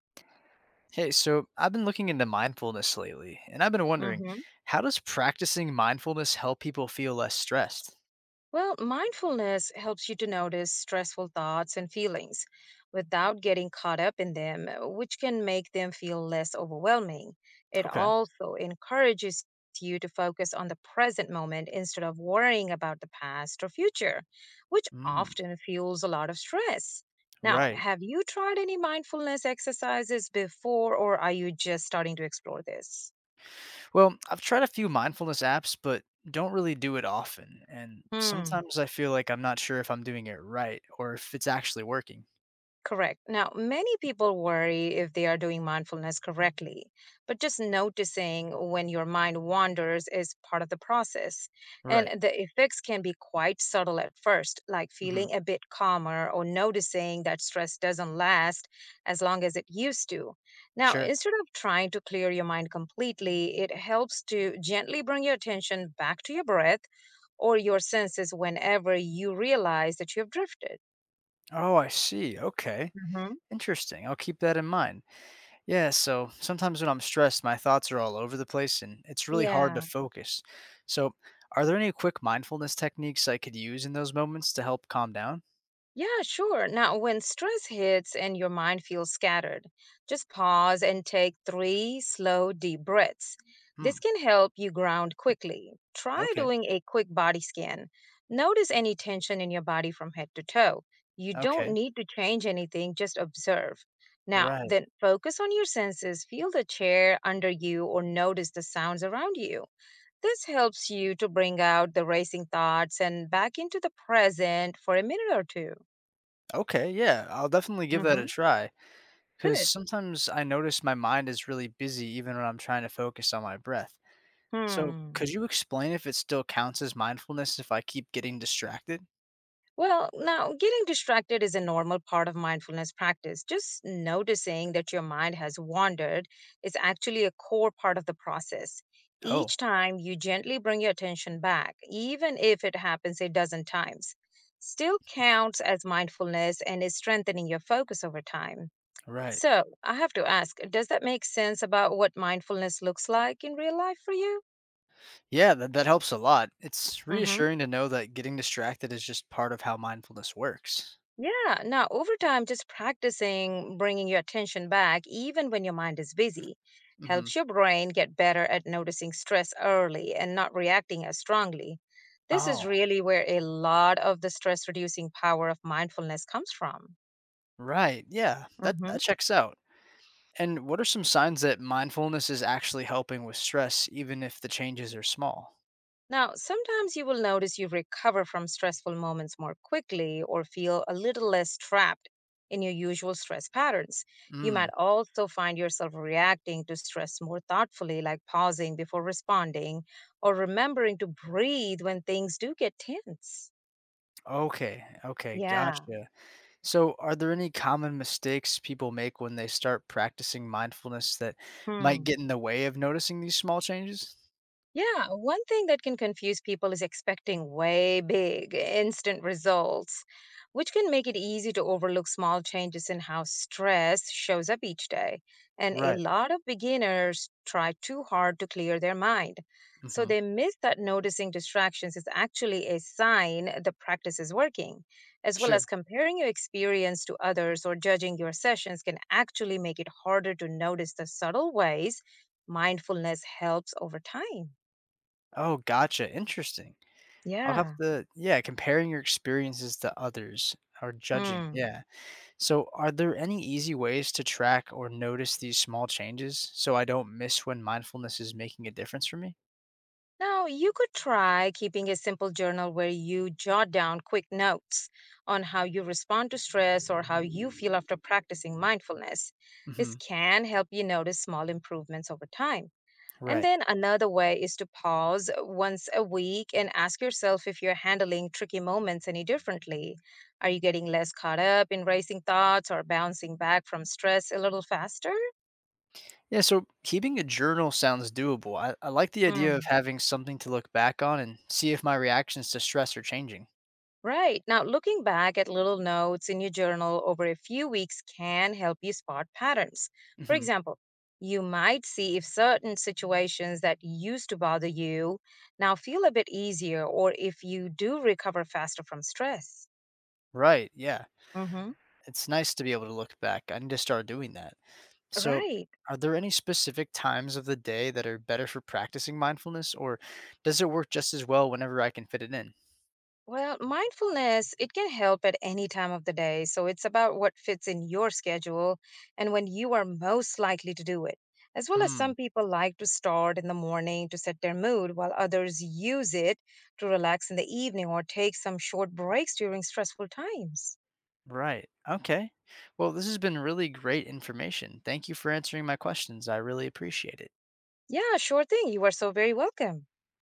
Hey, so I've been looking into mindfulness lately, and I've been wondering, Hmm. how does practicing mindfulness help people feel less stressed? Well, mindfulness helps you to notice stressful thoughts and feelings without getting caught up in them, which can make them feel less overwhelming. It Okay. also encourages you to focus on the present moment instead of worrying about the past or future, which Mm, often fuels a lot of stress. Now, right. have you tried any mindfulness exercises before, or are you just starting to explore this? Well, I've tried a few mindfulness apps, but don't really do it often. And Hmm. sometimes I feel like I'm not sure if I'm doing it right or if it's actually working. Correct. Now, many people worry if they are doing mindfulness correctly, but just noticing when your mind wanders is part of the process. Right. And the effects can be quite subtle at first, like Hmm. feeling a bit calmer or noticing that stress doesn't last as long as it used to. Now, Sure. instead of trying to clear your mind completely, it helps to gently bring your attention back to your breath or your senses whenever you realize that you have drifted. Oh, I see. Okay. Hmm. Interesting. I'll keep that in mind. Yeah, so sometimes when I'm stressed, my thoughts are all over the place and it's really hard to Yeah. focus. So, are there any quick mindfulness techniques I could use in those moments to help calm down? Yeah, sure. Now, when stress hits and your mind feels scattered, just pause and take three slow, deep breaths. Hmm. This can help you ground quickly. Try Okay. doing a quick body scan. Notice any tension in your body from head to toe. You Okay. don't need to change anything, just observe. Now, Right. then focus on your senses, feel the chair under you, or notice the sounds around you. This helps you to bring out the racing thoughts and back into the present for a minute or two. Okay. Yeah, I'll definitely give that a Mm-hmm. try because Good. sometimes I notice my mind is really busy even when I'm trying to focus on my breath. So, Hmm. could you explain if it still counts as mindfulness if I keep getting distracted? Well, now getting distracted is a normal part of mindfulness practice. Just noticing that your mind has wandered is actually a core part of the process. Oh, Each time you gently bring your attention back, even if it happens a dozen times, still counts as mindfulness and is strengthening your focus over time. right. So, I have to ask, does that make sense about what mindfulness looks like in real life for you? Yeah, that helps a lot. It's Mm-hmm. reassuring to know that getting distracted is just part of how mindfulness works. Yeah. Now, over time, just practicing bringing your attention back, even when your mind is busy, Hmm. helps your brain get better at noticing stress early and not reacting as strongly. This is Oh, really where a lot of the stress reducing power of mindfulness comes from. right. Yeah, that, Mm-hmm. that checks out. And what are some signs that mindfulness is actually helping with stress, even if the changes are small? Now, sometimes you will notice you recover from stressful moments more quickly or feel a little less trapped in your usual stress patterns. You might Mm. also find yourself reacting to stress more thoughtfully, like pausing before responding or remembering to breathe when things do get tense. Okay. Okay. Yeah. Gotcha. So, are there any common mistakes people make when they start practicing mindfulness that might Hmm. get in the way of noticing these small changes? Yeah, one thing that can confuse people is expecting way big, instant results, which can make it easy to overlook small changes in how stress shows up each day. And a Right. lot of beginners try too hard to clear their mind. So Hmm. they miss that noticing distractions is actually a sign the practice is working, as well Sure. as comparing your experience to others or judging your sessions can actually make it harder to notice the subtle ways mindfulness helps over time. Oh, gotcha. Interesting. I'll have Yeah. to, yeah, comparing your experiences to others or judging, Hmm. yeah. So, are there any easy ways to track or notice these small changes so I don't miss when mindfulness is making a difference for me? Now, you could try keeping a simple journal where you jot down quick notes on how you respond to stress or how you feel after practicing mindfulness. This Mhm. can help you notice small improvements over time. And Right. then another way is to pause once a week and ask yourself if you're handling tricky moments any differently. Are you getting less caught up in racing thoughts or bouncing back from stress a little faster? Yeah, so keeping a journal sounds doable. I like the idea of Hmm. having something to look back on and see if my reactions to stress are changing. Right. Now, looking back at little notes in your journal over a few weeks can help you spot patterns. For Hmm. example, you might see if certain situations that used to bother you now feel a bit easier, or if you do recover faster from stress. Right. Yeah. Hmm. It's nice to be able to look back. I need to start doing that. So, Right. are there any specific times of the day that are better for practicing mindfulness, or does it work just as well whenever I can fit it in? Well, mindfulness, it can help at any time of the day. So it's about what fits in your schedule and when you are most likely to do it. As well as Hmm. some people like to start in the morning to set their mood, while others use it to relax in the evening or take some short breaks during stressful times. Right. Okay. Well, this has been really great information. Thank you for answering my questions. I really appreciate it. Yeah, sure thing. You are so very welcome.